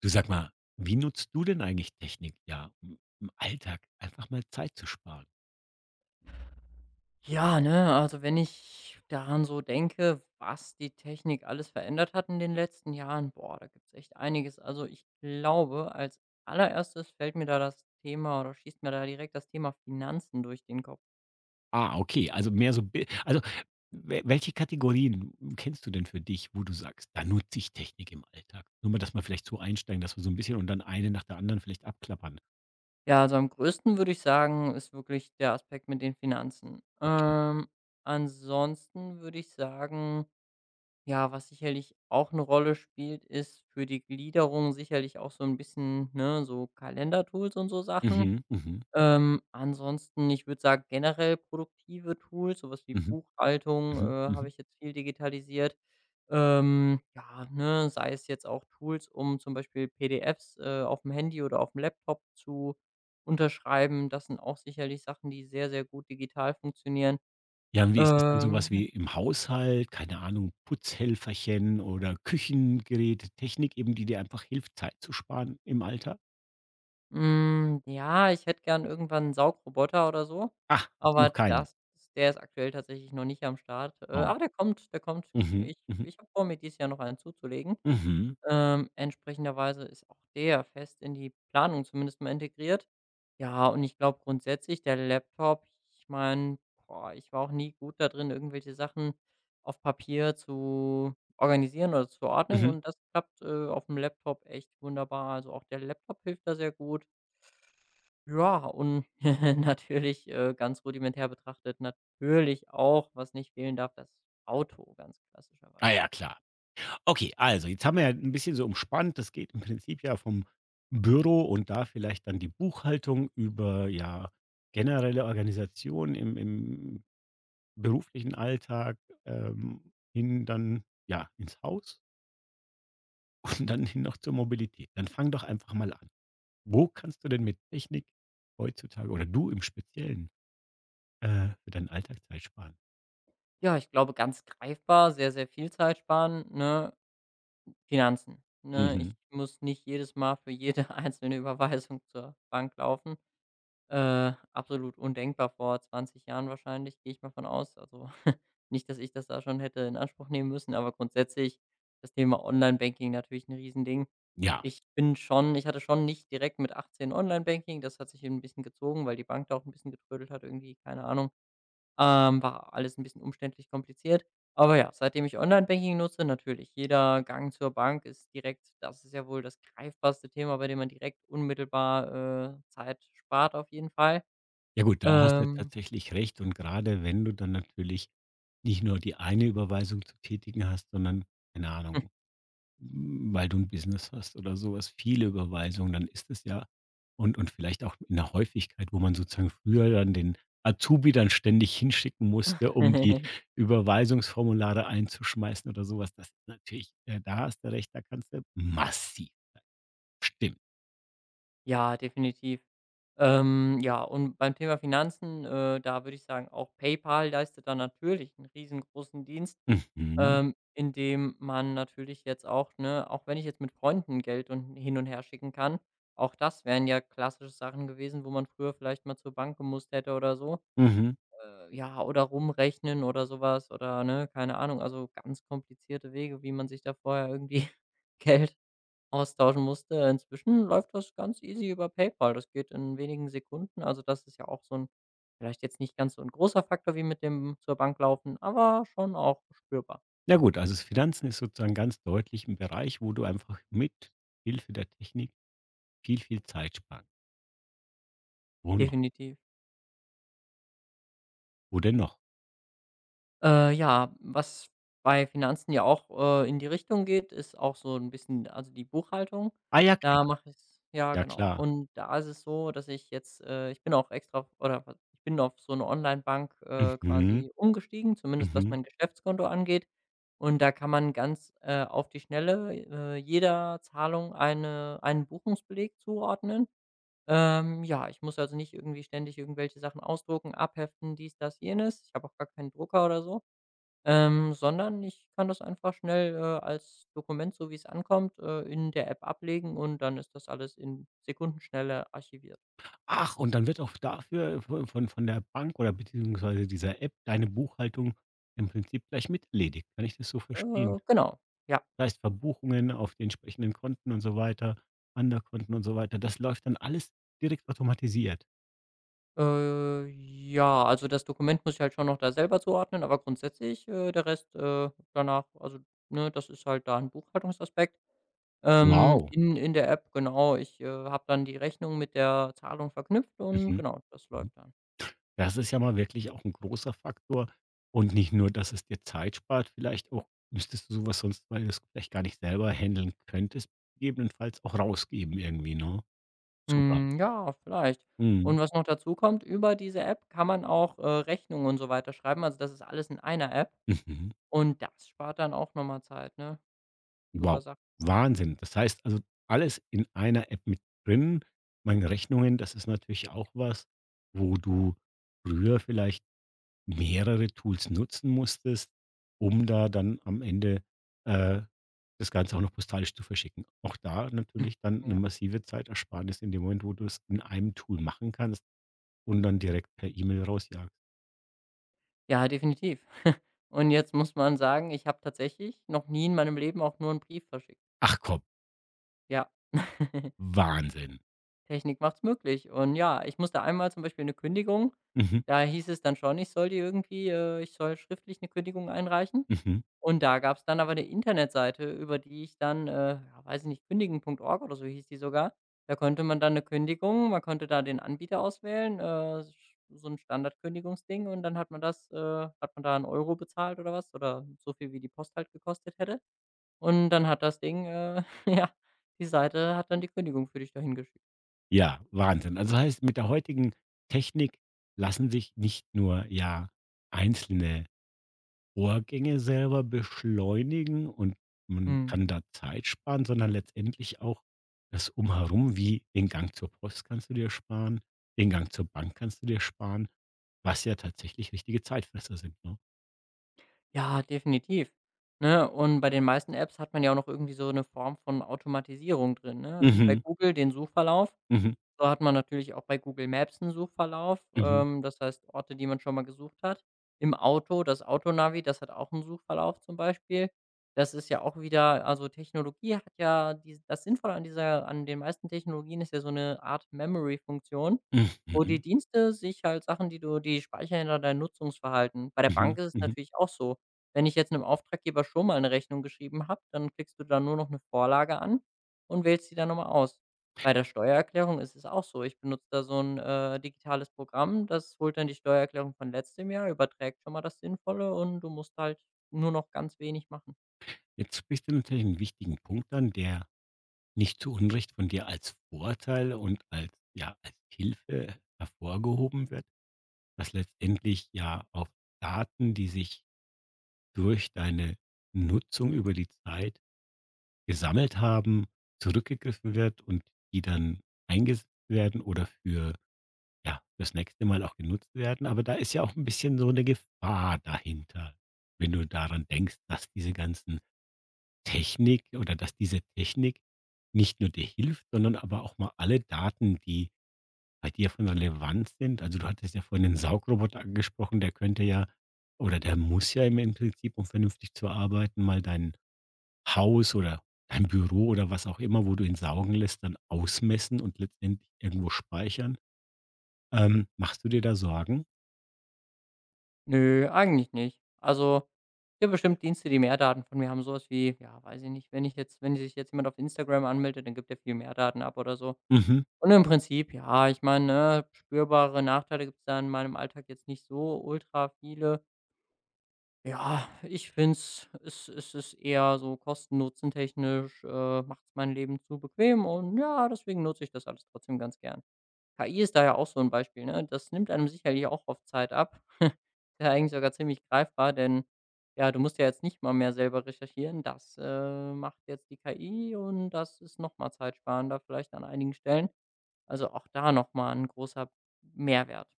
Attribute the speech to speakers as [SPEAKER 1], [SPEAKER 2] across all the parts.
[SPEAKER 1] Du sag mal, wie nutzt du denn eigentlich Technik, ja, im Alltag einfach mal Zeit zu sparen?
[SPEAKER 2] Ja, ne, also wenn ich daran so denke, was die Technik alles verändert hat in den letzten Jahren, boah, da gibt's echt einiges. Also ich glaube, als allererstes fällt mir da das Thema oder schießt mir da direkt das Thema Finanzen durch den Kopf.
[SPEAKER 1] Ah, okay, also mehr so, we welche Kategorien kennst du denn für dich, wo du sagst: „Da nutze ich Technik im Alltag?" Nur mal, dass wir vielleicht so einsteigen, dass wir so ein bisschen und dann eine nach der anderen vielleicht abklappern.
[SPEAKER 2] Ja, also am größten würde ich sagen, ist wirklich der Aspekt mit den Finanzen.
[SPEAKER 1] Okay.
[SPEAKER 2] Ansonsten würde ich sagen, ja, was sicherlich auch eine Rolle spielt, ist für die Gliederung sicherlich auch so ein bisschen, ne, so Kalendertools und so Sachen.
[SPEAKER 1] Mhm, mhm,
[SPEAKER 2] Ansonsten, ich würde sagen, generell produktive Tools, sowas wie
[SPEAKER 1] mhm,
[SPEAKER 2] Buchhaltung,
[SPEAKER 1] mhm,
[SPEAKER 2] habe
[SPEAKER 1] mhm.
[SPEAKER 2] ich jetzt viel digitalisiert. Ja, ne, sei es jetzt auch Tools, um zum Beispiel PDFs, auf dem Handy oder auf dem Laptop zu unterschreiben. Das sind auch sicherlich Sachen, die sehr, sehr gut digital funktionieren.
[SPEAKER 1] Ja, und wie ist es dann so was
[SPEAKER 2] Ja.
[SPEAKER 1] wie im Haushalt, keine Ahnung, Putzhelferchen oder Küchengerät, Technik eben, die dir einfach hilft, Zeit zu sparen im Alltag?
[SPEAKER 2] Ja, ich hätte gern irgendwann einen Saugroboter oder so,
[SPEAKER 1] Ah, hast du noch
[SPEAKER 2] aber
[SPEAKER 1] keinen?
[SPEAKER 2] das der ist aktuell tatsächlich noch nicht am Start.
[SPEAKER 1] Oh.
[SPEAKER 2] Aber der kommt, der kommt.
[SPEAKER 1] Mhm,
[SPEAKER 2] Ich
[SPEAKER 1] mhm,
[SPEAKER 2] ich habe vor, mir dieses Jahr noch einen zuzulegen.
[SPEAKER 1] mhm,
[SPEAKER 2] Entsprechenderweise ist auch der fest in die Planung zumindest mal integriert. Ja, und ich glaube grundsätzlich der Laptop, ich meine, ich war auch nie gut da drin, irgendwelche Sachen auf Papier zu organisieren oder zu ordnen,
[SPEAKER 1] mhm.
[SPEAKER 2] und das klappt auf dem Laptop echt wunderbar. Also, auch der Laptop hilft da sehr gut. Ja, und natürlich, ganz rudimentär betrachtet, natürlich auch, was nicht fehlen darf, das Auto, ganz
[SPEAKER 1] Ah
[SPEAKER 2] klassischerweise.
[SPEAKER 1] ja, klar. Okay, also jetzt haben wir ja ein bisschen so umspannt. Das geht im Prinzip ja vom Büro und da vielleicht dann die Buchhaltung über, ja, generelle Organisation im beruflichen Alltag, hin dann, ja, ins Haus und dann hin noch zur Mobilität. Dann fang doch einfach mal an. Wo kannst du denn mit Technik heutzutage oder du im Speziellen, für deinen Alltag Zeit sparen?
[SPEAKER 2] Ja, ich glaube, ganz greifbar, sehr, sehr viel Zeit sparen, ne? Finanzen, ne?
[SPEAKER 1] Mhm.
[SPEAKER 2] Ich muss nicht jedes Mal für jede einzelne Überweisung zur Bank laufen. Absolut undenkbar vor 20 Jahren, wahrscheinlich, gehe ich mal von aus. Also nicht, dass ich das da schon hätte in Anspruch nehmen müssen, aber grundsätzlich das Thema Online-Banking, natürlich 'n Riesending.
[SPEAKER 1] Ja.
[SPEAKER 2] Ich hatte schon nicht direkt mit 18 Online-Banking, das hat sich ein bisschen gezogen, weil die Bank da auch ein bisschen getrödelt hat irgendwie, keine Ahnung. War alles ein bisschen umständlich, kompliziert. Aber ja, seitdem ich Online-Banking nutze, natürlich, jeder Gang zur Bank ist direkt — das ist ja wohl das greifbarste Thema, bei dem man direkt unmittelbar Zeit spart auf jeden Fall.
[SPEAKER 1] Ja gut, da hast du
[SPEAKER 2] Ähm,
[SPEAKER 1] tatsächlich recht und gerade wenn du dann natürlich nicht nur die eine Überweisung zu tätigen hast, sondern, keine Ahnung, weil du 'n Business hast oder sowas viele Überweisungen, dann ist es ja und vielleicht auch in der Häufigkeit, wo man sozusagen früher dann den Azubi dann ständig hinschicken musste, um die Überweisungsformulare einzuschmeißen oder sowas. Das ist natürlich da hast du recht, da kannst du massiv stimmt.
[SPEAKER 2] ja, definitiv. Ja, und beim Thema Finanzen, da würde ich sagen, auch PayPal leistet da natürlich einen riesengroßen Dienst,
[SPEAKER 1] Mhm.
[SPEAKER 2] indem man natürlich jetzt auch, ne, auch wenn ich jetzt mit Freunden Geld und hin und her schicken kann, auch das wären ja klassische Sachen gewesen, wo man früher vielleicht mal zur Bank gemusst hätte oder so.
[SPEAKER 1] Mhm.
[SPEAKER 2] Ja, oder rumrechnen oder sowas oder, ne, keine Ahnung, also ganz komplizierte Wege, wie man sich da vorher irgendwie Geld Austauschen musste. Inzwischen läuft das ganz easy über PayPal. Das geht in wenigen Sekunden. Also, das ist ja auch so ein — vielleicht jetzt nicht ganz so ein großer Faktor wie mit dem zur Bank laufen, aber schon auch spürbar.
[SPEAKER 1] Ja gut, also das Finanzen ist sozusagen ganz deutlich 'n Bereich, wo du einfach mit Hilfe der Technik viel, viel Zeit sparen. Wo noch?
[SPEAKER 2] Definitiv.
[SPEAKER 1] Wo denn noch?
[SPEAKER 2] Ja, was bei Finanzen ja auch in die Richtung geht, ist auch so ein bisschen, also, die Buchhaltung.
[SPEAKER 1] Ah ja,
[SPEAKER 2] Da
[SPEAKER 1] klar,
[SPEAKER 2] mache ich, ja,
[SPEAKER 1] ja
[SPEAKER 2] genau.
[SPEAKER 1] klar.
[SPEAKER 2] Und da ist es so, dass ich bin auch extra — oder was, ich bin auf so 'ne Onlinebank,
[SPEAKER 1] Mhm,
[SPEAKER 2] quasi umgestiegen, zumindest was
[SPEAKER 1] mhm.
[SPEAKER 2] mein Geschäftskonto angeht. Und da kann man ganz auf die Schnelle jeder Zahlung einen Buchungsbeleg zuordnen. Ja, ich muss also nicht irgendwie ständig irgendwelche Sachen ausdrucken, abheften, dies, das, jenes. Ich habe auch gar keinen Drucker oder so. Sondern ich kann das einfach schnell als Dokument, so wie es ankommt in der App ablegen, und dann ist das alles in Sekundenschnelle archiviert.
[SPEAKER 1] Ach, und dann wird auch dafür von der Bank oder beziehungsweise dieser App deine Buchhaltung im Prinzip gleich mit erledigt. Kann ich das so verstehen?
[SPEAKER 2] Genau, ja.
[SPEAKER 1] Das heißt, Verbuchungen auf die entsprechenden Konten und so weiter, Underkonten und so weiter, das läuft dann alles direkt automatisiert.
[SPEAKER 2] Ja, also das Dokument muss ich halt schon noch da selber zuordnen, aber grundsätzlich der Rest danach, also, ne, das ist halt da ein Buchhaltungsaspekt.
[SPEAKER 1] Wow.
[SPEAKER 2] In der App, genau, ich habe dann die Rechnung mit der Zahlung verknüpft, und
[SPEAKER 1] Mhm,
[SPEAKER 2] genau, das
[SPEAKER 1] mhm.
[SPEAKER 2] läuft dann.
[SPEAKER 1] Das ist ja mal wirklich auch ein großer Faktor. Und nicht nur, dass es dir Zeit spart, vielleicht auch müsstest du so was sonst, weil du es vielleicht gar nicht selber handeln könntest, gegebenenfalls auch rausgeben irgendwie, ne? Super.
[SPEAKER 2] Hm, ja, vielleicht.
[SPEAKER 1] Mhm.
[SPEAKER 2] Und was noch dazu kommt: über diese App kann man auch Rechnungen und so weiter schreiben. Also, das ist alles in einer App,
[SPEAKER 1] Mhm.
[SPEAKER 2] und das spart dann auch nochmal Zeit, ne? Super
[SPEAKER 1] Wow.
[SPEAKER 2] Sache.
[SPEAKER 1] Wahnsinn. Das heißt also, alles in einer App mit drin. Meine Rechnungen, das ist natürlich auch was, wo du früher vielleicht mehrere Tools nutzen musstest, um da dann am Ende, äh, das Ganze auch noch postalisch zu verschicken. Auch da natürlich dann eine
[SPEAKER 2] Ja.
[SPEAKER 1] massive Zeitersparnis in dem Moment, wo du es in einem Tool machen kannst und dann direkt per E-Mail rausjagst.
[SPEAKER 2] Ja, definitiv. Und jetzt muss man sagen, ich habe tatsächlich noch nie in meinem Leben auch nur einen Brief verschickt.
[SPEAKER 1] Ach komm,
[SPEAKER 2] Ja.
[SPEAKER 1] Wahnsinn.
[SPEAKER 2] Technik macht's möglich. Und ja, ich musste einmal zum Beispiel eine Kündigung —
[SPEAKER 1] Mhm,
[SPEAKER 2] da hieß es dann schon, ich soll die irgendwie, ich soll schriftlich eine Kündigung einreichen.
[SPEAKER 1] mhm.
[SPEAKER 2] Und da gab's dann aber 'ne Internetseite, über die ich dann ja, weiß ich nicht, kündigen.org oder so hieß die sogar. Da konnte man dann eine Kündigung — man konnte da den Anbieter auswählen, sch so ein Standardkündigungsding, und dann hat man das hat man da 1 € bezahlt oder was, oder so viel, wie die Post halt gekostet hätte. Und dann hat das Ding, ja, die Seite hat dann die Kündigung für dich dahin geschickt.
[SPEAKER 1] Ja, Wahnsinn. Also heißt, mit der heutigen Technik lassen sich nicht nur, ja, einzelne Vorgänge selber beschleunigen und man
[SPEAKER 2] Mhm.
[SPEAKER 1] kann da Zeit sparen, sondern letztendlich auch das Umherum, wie den Gang zur Post kannst du dir sparen, den Gang zur Bank kannst du dir sparen, was ja tatsächlich richtige Zeitfresser sind, ne?
[SPEAKER 2] Ja, definitiv, ne? Und bei den meisten Apps hat man ja auch noch irgendwie so eine Form von Automatisierung drin, ne? Wie bei
[SPEAKER 1] Mhm,
[SPEAKER 2] Google den Suchverlauf.
[SPEAKER 1] mhm,
[SPEAKER 2] So hat man natürlich auch bei Google Maps 'n Suchverlauf,
[SPEAKER 1] mhm,
[SPEAKER 2] das heißt Orte, die man schon mal gesucht hat. Im Auto, das Autonavi, das hat auch 'n Suchverlauf zum Beispiel. Das ist ja auch wieder — also, Technologie hat ja dies das — Sinnvolle an dieser — an den meisten Technologien ist ja so 'ne Art Memory-Funktion, wo
[SPEAKER 1] mhm,
[SPEAKER 2] die Dienste sich halt Sachen, die du — die speichern ja dein Nutzungsverhalten. Bei der Bank
[SPEAKER 1] mhm,
[SPEAKER 2] ist es
[SPEAKER 1] mhm.
[SPEAKER 2] natürlich auch so. Wenn ich jetzt 'nem Auftraggeber schon mal 'ne Rechnung geschrieben habe, dann klickst du da nur noch 'ne Vorlage an und wählst die dann noch mal aus. Bei der Steuererklärung ist es auch so. Ich benutze da so 'n digitales Programm, das holt dann die Steuererklärung von letztem Jahr, überträgt schon mal das Sinnvolle, und du musst halt nur noch ganz wenig machen.
[SPEAKER 1] Jetzt sprichst du natürlich einen wichtigen Punkt an, der nicht zu Unrecht von dir als Vorteil und als, ja, als Hilfe hervorgehoben wird, dass letztendlich ja auf Daten, die sich durch deine Nutzung über die Zeit gesammelt haben, zurückgegriffen wird und die dann eingesetzt werden oder für, ja, das nächste Mal auch genutzt werden. Aber da ist ja auch ein bisschen so eine Gefahr dahinter, wenn du daran denkst, dass diese ganzen Technik oder dass diese Technik nicht nur dir hilft, sondern aber auch mal alle Daten, die bei dir von Relevanz sind. Also, du hattest ja vorhin den Saugroboter angesprochen, der könnte ja oder der muss ja im Prinzip, um vernünftig zu arbeiten, mal deinen Haus oder dein Büro oder was auch immer, wo du ihn saugen lässt, dann ausmessen und letztendlich irgendwo speichern. Machst du dir da Sorgen?
[SPEAKER 2] Nö, eigentlich nicht. Also, gibt bestimmt Dienste, die mehr Daten von mir haben, so was wie — ja, weiß ich nicht, wenn sich jetzt jemand auf Instagram anmeldet, dann gibt der viel mehr Daten ab oder so.
[SPEAKER 1] Mhm.
[SPEAKER 2] Und im Prinzip, ja, ich meine, ne, spürbare Nachteile gibt's da in meinem Alltag jetzt nicht so ultra viele. Ja, ich finde es ist eher so kosten-nutzen-technisch macht es mein Leben zu bequem, und ja, deswegen nutze ich das alles trotzdem ganz gern. KI ist da ja auch so ein Beispiel, ne? Das nimmt einem sicherlich auch oft Zeit ab. Ist ja eigentlich sogar ziemlich greifbar, denn ja, du musst ja jetzt nicht mal mehr selber recherchieren. Das macht jetzt die KI, und das ist noch mal zeitsparender vielleicht an einigen Stellen. Also, auch da noch mal 'n großer Mehrwert.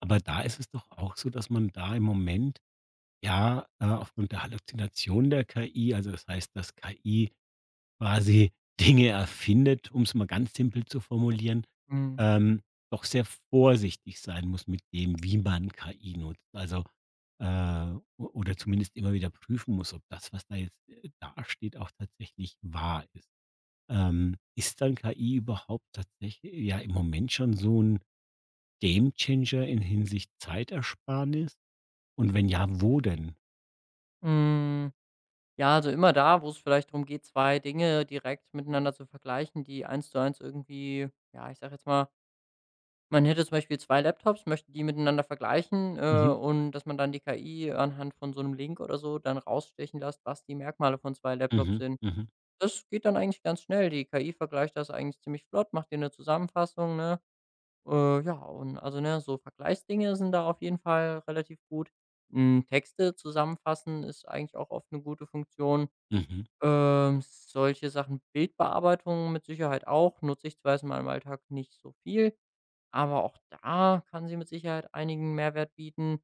[SPEAKER 1] Aber da ist es doch auch so, dass man da im Moment ja, aufgrund der Halluzination der KI, also das heißt, dass KI quasi Dinge erfindet, um es mal ganz simpel zu formulieren,
[SPEAKER 2] Mhm.
[SPEAKER 1] ähm, doch sehr vorsichtig sein muss mit dem, wie man KI nutzt. Also, äh, o oder zumindest immer wieder prüfen muss, ob das, was da jetzt, dasteht, auch tatsächlich wahr ist. Ist dann KI überhaupt tatsächlich ja im Moment schon so ein Gamechanger in Hinsicht Zeitersparnis? Und wenn ja, wo denn?
[SPEAKER 2] Hm. Ja, also immer da, wo es vielleicht darum geht, 2 Dinge direkt miteinander zu vergleichen, die eins zu eins irgendwie — ja, ich sage jetzt mal, man hätte zum Beispiel 2 Laptops, möchte die miteinander vergleichen
[SPEAKER 1] Mhm,
[SPEAKER 2] und dass man dann die KI anhand von so einem Link oder so dann rausstechen lässt, was die Merkmale von 2 Laptops
[SPEAKER 1] mhm,
[SPEAKER 2] sind.
[SPEAKER 1] mhm,
[SPEAKER 2] Das geht dann eigentlich ganz schnell. Die KI vergleicht das eigentlich ziemlich flott, macht dir eine Zusammenfassung, ne? Ja, und also, ne, so Vergleichsdinge sind da auf jeden Fall relativ gut. Texte zusammenfassen ist eigentlich auch oft eine gute Funktion.
[SPEAKER 1] mhm.
[SPEAKER 2] Solche Sachen, Bildbearbeitung mit Sicherheit auch, nutze ich zwar jetzt in meinem Alltag nicht so viel, aber auch da kann sie mit Sicherheit einigen Mehrwert bieten.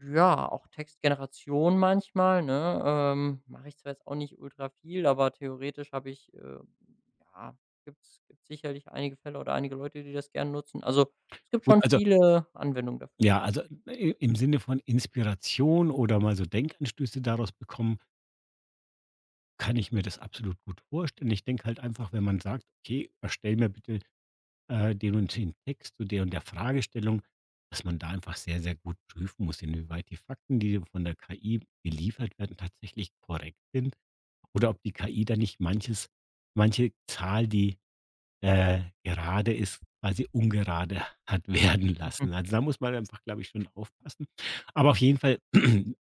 [SPEAKER 2] Ja, auch Textgeneration manchmal, ne? Mache ich zwar jetzt auch nicht ultra viel, aber theoretisch habe ich ja, gibt's sicherlich einige Fälle oder einige Leute, die das gerne nutzen. Also es gibt
[SPEAKER 1] Gut,
[SPEAKER 2] schon
[SPEAKER 1] also,
[SPEAKER 2] viele Anwendungen dafür.
[SPEAKER 1] ja, also i im Sinne von Inspiration oder mal so Denkanstöße daraus bekommen, kann ich mir das absolut gut vorstellen. Ich denke halt einfach, wenn man sagt: „Okay, erstell mir bitte, den und den Text zu der und der Fragestellung", dass man da einfach sehr, sehr gut prüfen muss, inwieweit die Fakten, die von der KI geliefert werden, tatsächlich korrekt sind oder ob die KI da nicht manche Zahl, die, gerade ist, quasi ungerade hat werden
[SPEAKER 2] Mhm.
[SPEAKER 1] lassen. Also, da muss man einfach, glaube ich, schon aufpassen. Aber auf jeden Fall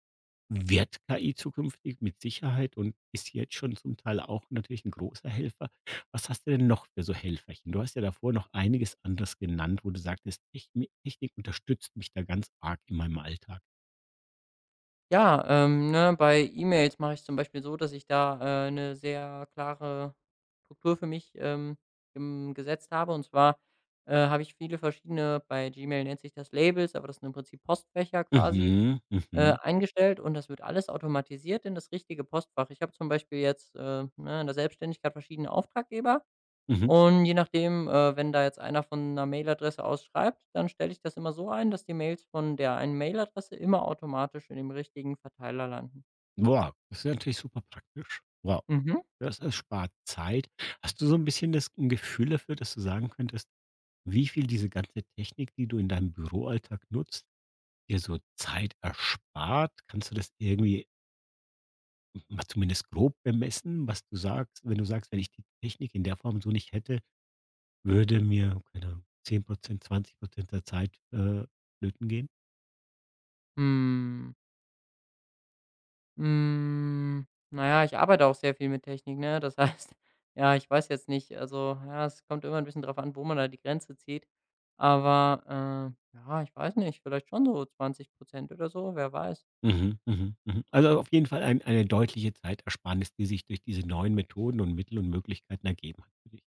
[SPEAKER 1] wird KI zukünftig mit Sicherheit und ist jetzt schon zum Teil auch natürlich ein großer Helfer. Was hast du denn noch für so Helferchen? Du hast ja davor noch einiges anderes genannt, wo du sagtest: „Technik unterstützt mich da ganz arg in meinem Alltag."
[SPEAKER 2] Ja, ne, bei E-Mails mache ich zum Beispiel so, dass ich da 'ne sehr klare Struktur für mich, gem gesetzt habe. Und zwar habe ich viele verschiedene — bei Gmail nennt sich das Labels, aber das sind im Prinzip Postfächer quasi
[SPEAKER 1] Mhm, mhm,
[SPEAKER 2] eingestellt, und das wird alles automatisiert in das richtige Postfach. Ich habe zum Beispiel jetzt ne, in der Selbstständigkeit verschiedene Auftraggeber,
[SPEAKER 1] mhm.
[SPEAKER 2] und je nachdem wenn da jetzt einer von einer Mailadresse aus schreibt, dann stelle ich das immer so ein, dass die Mails von der einen Mailadresse immer automatisch in dem richtigen Verteiler landen.
[SPEAKER 1] Wow, das ist ja natürlich super praktisch. Wow.
[SPEAKER 2] Mhm.
[SPEAKER 1] Das erspart Zeit. Hast du so ein bisschen das ein Gefühl dafür, dass du sagen könntest, wie viel diese ganze Technik, die du in deinem Büroalltag nutzt, dir so Zeit erspart? Kannst du das irgendwie mal zumindest grob bemessen, was du sagst, wenn du sagst: „Wenn ich die Technik in der Form so nicht hätte, würde mir, keine Ahnung, 10%, 20% der Zeit, flöten gehen?"
[SPEAKER 2] Hm, na ja, ich arbeite auch sehr viel mit Technik, ne? Das heißt, ja, ich weiß jetzt nicht, also, ja, es kommt immer ein bisschen drauf an, wo man da die Grenze zieht. Aber ja, ich weiß nicht, vielleicht schon so 20 oder so, wer weiß.
[SPEAKER 1] Mhm, mhm, mhm. Also, auf jeden Fall eine deutliche Zeitersparnis, die sich durch diese neuen Methoden und Mittel und Möglichkeiten ergeben hat für dich.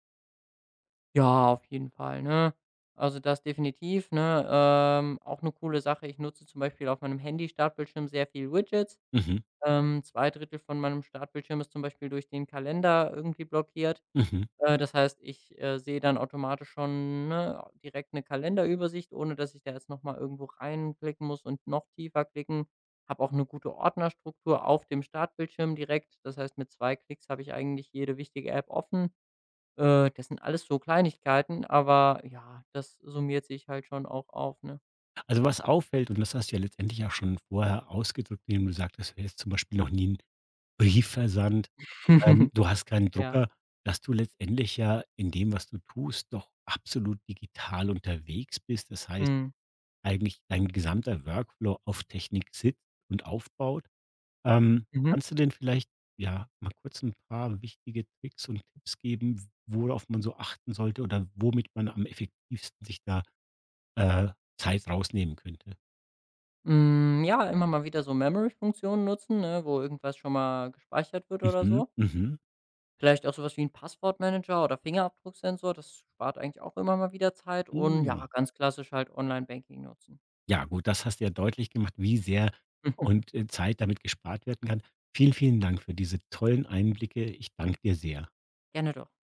[SPEAKER 2] Ja, auf jeden Fall, ne? Also, das definitiv, ne? Auch eine coole Sache. Ich nutze zum Beispiel auf meinem Handy-Startbildschirm sehr viel Widgets.
[SPEAKER 1] Mhm,
[SPEAKER 2] 2 1 von meinem Startbildschirm ist zum Beispiel durch den Kalender irgendwie blockiert.
[SPEAKER 1] mhm.
[SPEAKER 2] Das heißt, ich sehe dann automatisch schon, ne, direkt eine Kalenderübersicht, ohne dass ich da jetzt noch mal irgendwo reinklicken muss und noch tiefer klicken. Habe auch eine gute Ordnerstruktur auf dem Startbildschirm direkt. Das heißt, mit 2 Klicks habe ich eigentlich jede wichtige App offen. Das sind alles so Kleinigkeiten, aber ja, das summiert sich halt schon auch auf, ne?
[SPEAKER 1] Also, was auffällt, und das hast du ja letztendlich auch schon vorher ausgedrückt, indem du sagtest, du hättest zum Beispiel noch nie 'n Brief versandt, du hast keinen
[SPEAKER 2] Ja.
[SPEAKER 1] Drucker, dass du letztendlich ja in dem, was du tust, doch absolut digital unterwegs bist. Das heißt,
[SPEAKER 2] Mhm.
[SPEAKER 1] eigentlich dein gesamter Workflow auf Technik sitzt und aufbaut.
[SPEAKER 2] Mhm.
[SPEAKER 1] Kannst du denn vielleicht, ja, mal kurz ein paar wichtige Tricks und Tipps geben, worauf man so achten sollte oder womit man am effektivsten sich da, äh, Zeit rausnehmen könnte?
[SPEAKER 2] Ja, immer mal wieder so Memory-Funktionen nutzen, ne, wo irgendwas schon mal gespeichert wird oder
[SPEAKER 1] Mhm,
[SPEAKER 2] so.
[SPEAKER 1] mhm.
[SPEAKER 2] Vielleicht auch sowas wie ein Passwortmanager oder Fingerabdrucksensor, das spart eigentlich auch immer mal wieder Zeit, und ja,
[SPEAKER 1] Hm.
[SPEAKER 2] ganz klassisch halt Online-Banking nutzen.
[SPEAKER 1] Ja gut, das hast du ja deutlich gemacht, wie sehr und, Zeit damit gespart werden kann. Vielen, vielen Dank für diese tollen Einblicke. Ich danke dir sehr.
[SPEAKER 2] Gerne doch.